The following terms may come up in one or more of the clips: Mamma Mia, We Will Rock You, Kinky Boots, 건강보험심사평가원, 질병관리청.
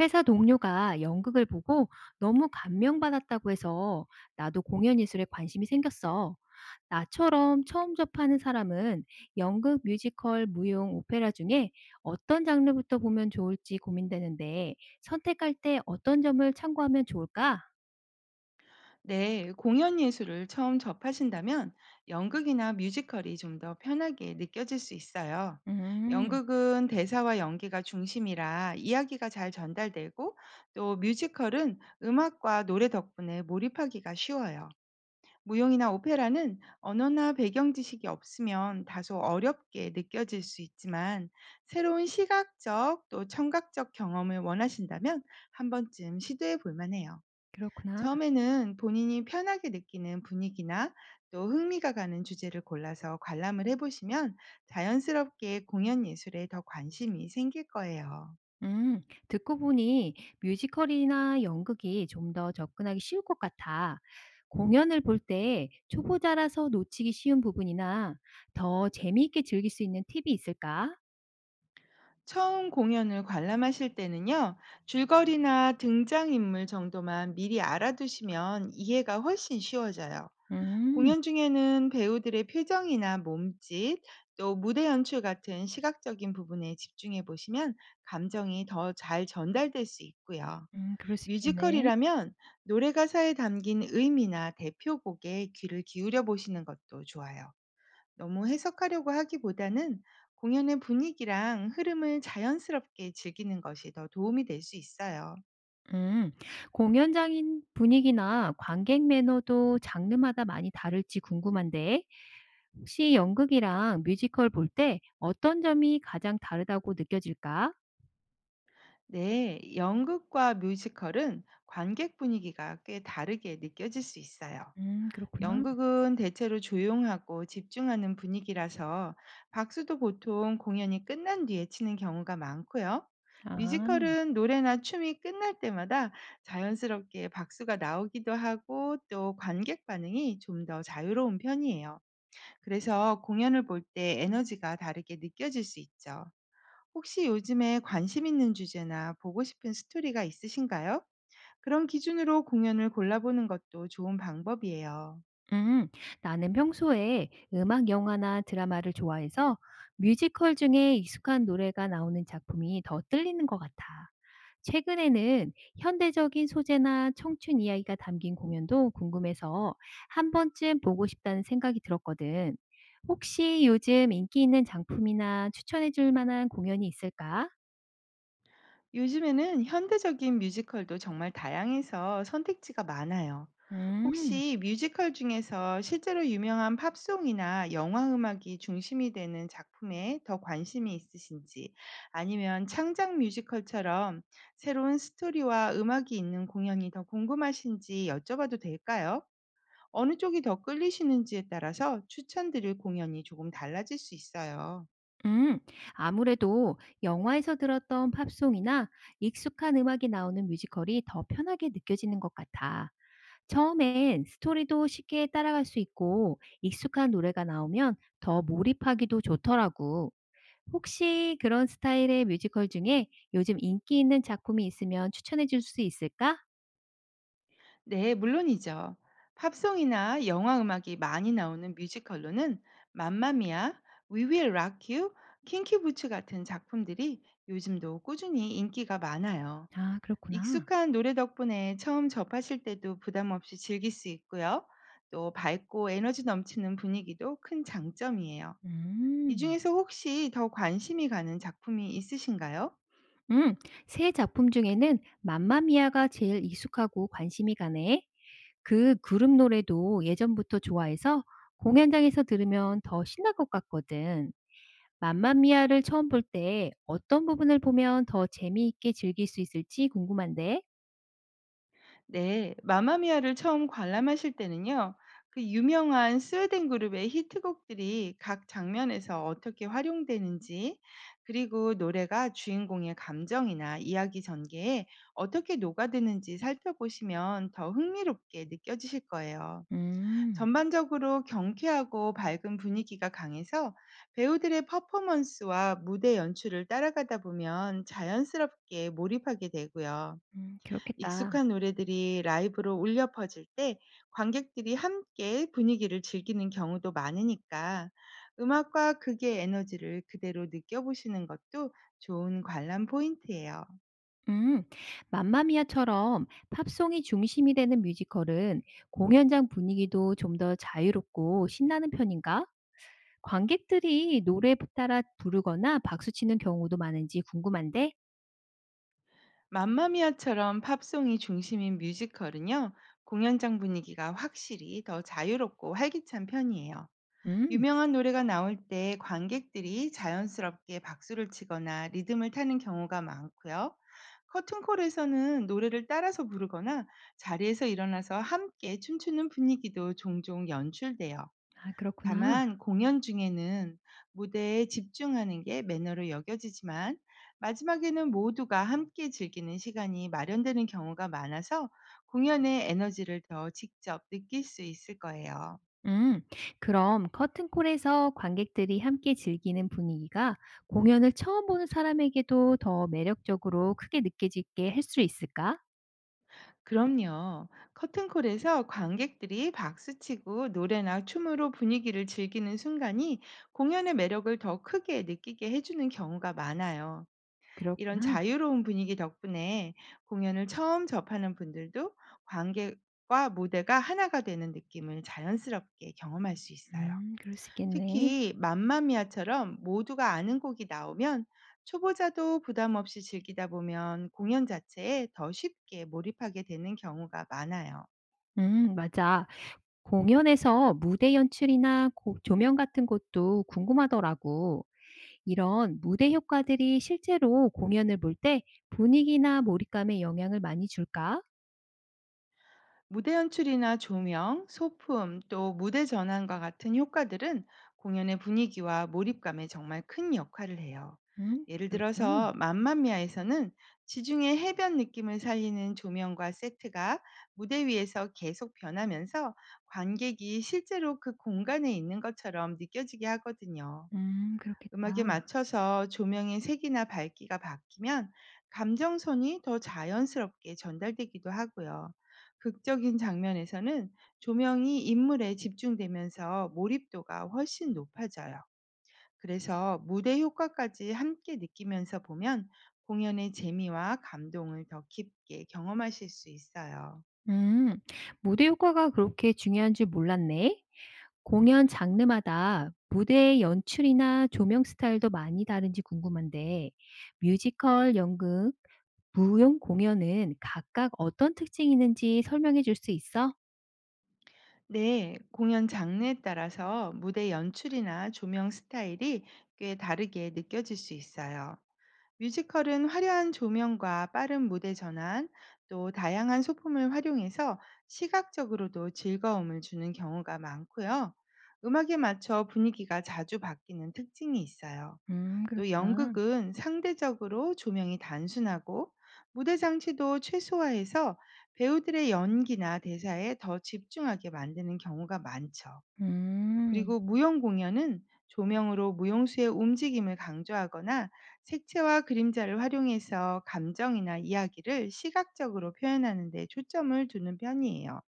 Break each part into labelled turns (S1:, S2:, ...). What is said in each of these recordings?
S1: 회사 동료가 연극을 보고 너무 감명받았다고 해서 나도 공연 예술에 관심이 생겼어. 나처럼 처음 접하는 사람은 연극, 뮤지컬, 무용, 오페라 중에 어떤 장르부터 보면 좋을지 고민되는데 선택할 때 어떤 점을 참고하면 좋을까?
S2: 네, 공연 예술을 처음 접하신다면 연극이나 뮤지컬이 좀 더 편하게 느껴질 수 있어요.
S1: 음,
S2: 연극은 대사와 연기가 중심이라 이야기가 잘 전달되고 또 뮤지컬은 음악과 노래 덕분에 몰입하기가 쉬워요. 무용이나 오페라는 언어나 배경 지식이 없으면 다소 어렵게 느껴질 수 있지만 새로운 시각적 또 청각적 경험을 원하신다면 한 번쯤 시도해 볼 만해요.
S1: 그렇구나.
S2: 처음에는 본인이 편하게 느끼는 분위기나 또 흥미가 가는 주제를 골라서 관람을 해보시면 자연스럽게 공연 예술에 더 관심이 생길 거예요.
S1: 음, 듣고 보니 뮤지컬이나 연극이 좀 더 접근하기 쉬울 것 같아. 공연을 볼 때 초보자라서 놓치기 쉬운 부분이나 더 재미있게 즐길 수 있는 팁이 있을까?
S2: 처음 공연을 관람하실 때는요, 줄거리나 등장인물 정도만 미리 알아두시면 이해가 훨씬 쉬워져요.
S1: 음,
S2: 공연 중에는 배우들의 표정이나 몸짓, 또 무대 연출 같은 시각적인 부분에 집중해 보시면 감정이 더 잘 전달될 수 있고요.
S1: 그럴 수 있겠네.
S2: 뮤지컬이라면 노래 가사에 담긴 의미나 대표곡에 귀를 기울여 보시는 것도 좋아요. 너무 해석하려고 하기보다는 공연의 분위기랑 흐름을 자연스럽게 즐기는 것이 더 도움이 될 수 있어요.
S1: 음, 공연장인 분위기나 관객 매너도 장르마다 많이 다를지 궁금한데, 혹시 연극이랑 뮤지컬 볼 때 어떤 점이 가장 다르다고 느껴질까?
S2: 네, 연극과 뮤지컬은 관객 분위기가 꽤 다르게 느껴질 수 있어요.
S1: 그렇구나.
S2: 연극은 대체로 조용하고 집중하는 분위기라서 박수도 보통 공연이 끝난 뒤에 치는 경우가 많고요.
S1: 아.
S2: 뮤지컬은 노래나 춤이 끝날 때마다 자연스럽게 박수가 나오기도 하고 또 관객 반응이 좀 더 자유로운 편이에요. 그래서 공연을 볼 때 에너지가 다르게 느껴질 수 있죠. 혹시 요즘에 관심 있는 주제나 보고 싶은 스토리가 있으신가요? 그런 기준으로 공연을 골라보는 것도 좋은 방법이에요.
S1: 음, 나는 평소에 음악 영화나 드라마를 좋아해서 뮤지컬 중에 익숙한 노래가 나오는 작품이 더 끌리는 것 같아. 최근에는 현대적인 소재나 청춘 이야기가 담긴 공연도 궁금해서 한 번쯤 보고 싶다는 생각이 들었거든. 혹시 요즘 인기 있는 작품이나 추천해 줄 만한 공연이 있을까?
S2: 요즘에는 현대적인 뮤지컬도 정말 다양해서 선택지가 많아요.
S1: 음.
S2: 혹시 뮤지컬 중에서 실제로 유명한 팝송이나 영화 음악이 중심이 되는 작품에 더 관심이 있으신지, 아니면 창작 뮤지컬처럼 새로운 스토리와 음악이 있는 공연이 더 궁금하신지 여쭤봐도 될까요? 어느 쪽이 더 끌리시는지에 따라서 추천드릴 공연이 조금 달라질 수 있어요.
S1: 음, 아무래도 영화에서 들었던 팝송이나 익숙한 음악이 나오는 뮤지컬이 더 편하게 느껴지는 것 같아. 처음엔 스토리도 쉽게 따라갈 수 있고 익숙한 노래가 나오면 더 몰입하기도 좋더라고. 혹시 그런 스타일의 뮤지컬 중에 요즘 인기 있는 작품이 있으면 추천해 줄 수 있을까?
S2: 네, 물론이죠. 팝송이나 영화 음악이 많이 나오는 뮤지컬로는 맘마미아, We Will Rock You, 킹키 부츠 같은 작품들이 요즘도 꾸준히 인기가 많아요.
S1: 아, 그렇구나.
S2: 익숙한 노래 덕분에 처음 접하실 때도 부담 없이 즐길 수 있고요. 또 밝고 에너지 넘치는 분위기도 큰 장점이에요. 이
S1: 음,
S2: 중에서 혹시 더 관심이 가는 작품이 있으신가요?
S1: 음, 새 작품 중에는 맘마미아가 제일 익숙하고 관심이 가네. 그 그룹 노래도 예전부터 좋아해서 공연장에서 들으면 더 신날 것 같거든. 맘마미아를 처음 볼 때 어떤 부분을 보면 더 재미있게 즐길 수 있을지 궁금한데.
S2: 네, 마마미아를 처음 관람하실 때는요, 그 유명한 스웨덴 그룹의 히트곡들이 각 장면에서 어떻게 활용되는지, 그리고 노래가 주인공의 감정이나 이야기 전개에 어떻게 녹아드는지 살펴보시면 더 흥미롭게 느껴지실 거예요.
S1: 음.
S2: 전반적으로 경쾌하고 밝은 분위기가 강해서 배우들의 퍼포먼스와 무대 연출을 따라가다 보면 자연스럽게 몰입하게 되고요.
S1: 그렇겠다.
S2: 익숙한 노래들이 라이브로 울려 퍼질 때 관객들이 함께 분위기를 즐기는 경우도 많으니까 음악과 극의 에너지를 그대로 느껴보시는 것도 좋은 관람 포인트예요.
S1: 음. 맘마미아처럼 팝송이 중심이 되는 뮤지컬은 공연장 분위기도 좀 더 자유롭고 신나는 편인가? 관객들이 노래 따라 부르거나 박수치는 경우도 많은지 궁금한데.
S2: 맘마미아처럼 팝송이 중심인 뮤지컬은요, 공연장 분위기가 확실히 더 자유롭고 활기찬 편이에요.
S1: 음.
S2: 유명한 노래가 나올 때 관객들이 자연스럽게 박수를 치거나 리듬을 타는 경우가 많고요. 커튼콜에서는 노래를 따라서 부르거나 자리에서 일어나서 함께 춤추는 분위기도 종종 연출돼요.
S1: 아 그렇구나.
S2: 다만 공연 중에는 무대에 집중하는 게 매너로 여겨지지만 마지막에는 모두가 함께 즐기는 시간이 마련되는 경우가 많아서 공연의 에너지를 더 직접 느낄 수 있을 거예요.
S1: 음, 그럼 커튼콜에서 관객들이 함께 즐기는 분위기가 공연을 처음 보는 사람에게도 더 매력적으로 크게 느껴지게 할 수 있을까?
S2: 그럼요. 커튼콜에서 관객들이 박수치고 노래나 춤으로 분위기를 즐기는 순간이 공연의 매력을 더 크게 느끼게 해주는 경우가 많아요. 이런
S1: 그렇구나.
S2: 자유로운 분위기 덕분에 공연을 처음 접하는 분들도 관객과 무대가 하나가 되는 느낌을 자연스럽게 경험할 수 있어요.
S1: 그럴 수 있겠네.
S2: 특히 맘마미아처럼 모두가 아는 곡이 나오면 초보자도 부담 없이 즐기다 보면 공연 자체에 더 쉽게 몰입하게 되는 경우가 많아요.
S1: 맞아. 공연에서 무대 연출이나 조명 같은 것도 궁금하더라고. 이런 무대 효과들이 실제로 공연을 볼 때 분위기나 몰입감에 영향을 많이 줄까?
S2: 무대 연출이나 조명, 소품, 또 무대 전환과 같은 효과들은 공연의 분위기와 몰입감에 정말 큰 역할을 해요. 예를
S1: 그렇구나.
S2: 들어서 맘마미아에서는 지중해 해변 느낌을 살리는 조명과 세트가 무대 위에서 계속 변하면서 관객이 실제로 그 공간에 있는 것처럼 느껴지게 하거든요. 음악에
S1: 그렇겠다.
S2: 맞춰서 조명의 색이나 밝기가 바뀌면 감정선이 더 자연스럽게 전달되기도 하고요. 극적인 장면에서는 조명이 인물에 집중되면서 몰입도가 훨씬 높아져요. 그래서 무대 효과까지 함께 느끼면서 보면 공연의 재미와 감동을 더 깊게 경험하실 수 있어요.
S1: 음, 무대 효과가 그렇게 중요한 줄 몰랐네. 공연 장르마다 무대의 연출이나 조명 스타일도 많이 다른지 궁금한데, 뮤지컬, 연극, 무용 공연은 각각 어떤 특징이 있는지 설명해 줄 수 있어?
S2: 네, 공연 장르에 따라서 무대 연출이나 조명 스타일이 꽤 다르게 느껴질 수 있어요. 뮤지컬은 화려한 조명과 빠른 무대 전환, 또 다양한 소품을 활용해서 시각적으로도 즐거움을 주는 경우가 많고요. 음악에 맞춰 분위기가 자주 바뀌는 특징이 있어요. 또
S1: 그렇구나.
S2: 연극은 상대적으로 조명이 단순하고 무대 장치도 최소화해서 배우들의 연기나 대사에 더 집중하게 만드는 경우가 많죠.
S1: 음,
S2: 그리고 무용 공연은 조명으로 무용수의 움직임을 강조하거나 색채와 그림자를 활용해서 감정이나 이야기를 시각적으로 표현하는 데 초점을 두는 편이에요.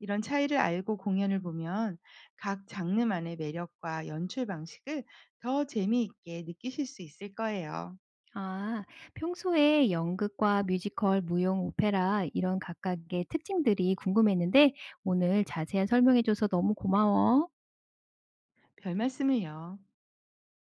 S2: 이런 차이를 알고 공연을 보면 각 장르만의 매력과 연출 방식을 더 재미있게 느끼실 수 있을 거예요.
S1: 아, 평소에 연극과 뮤지컬, 무용, 오페라 이런 각각의 특징들이 궁금했는데, 오늘 자세한 설명해 줘서 너무 고마워.
S2: 별 말씀을요.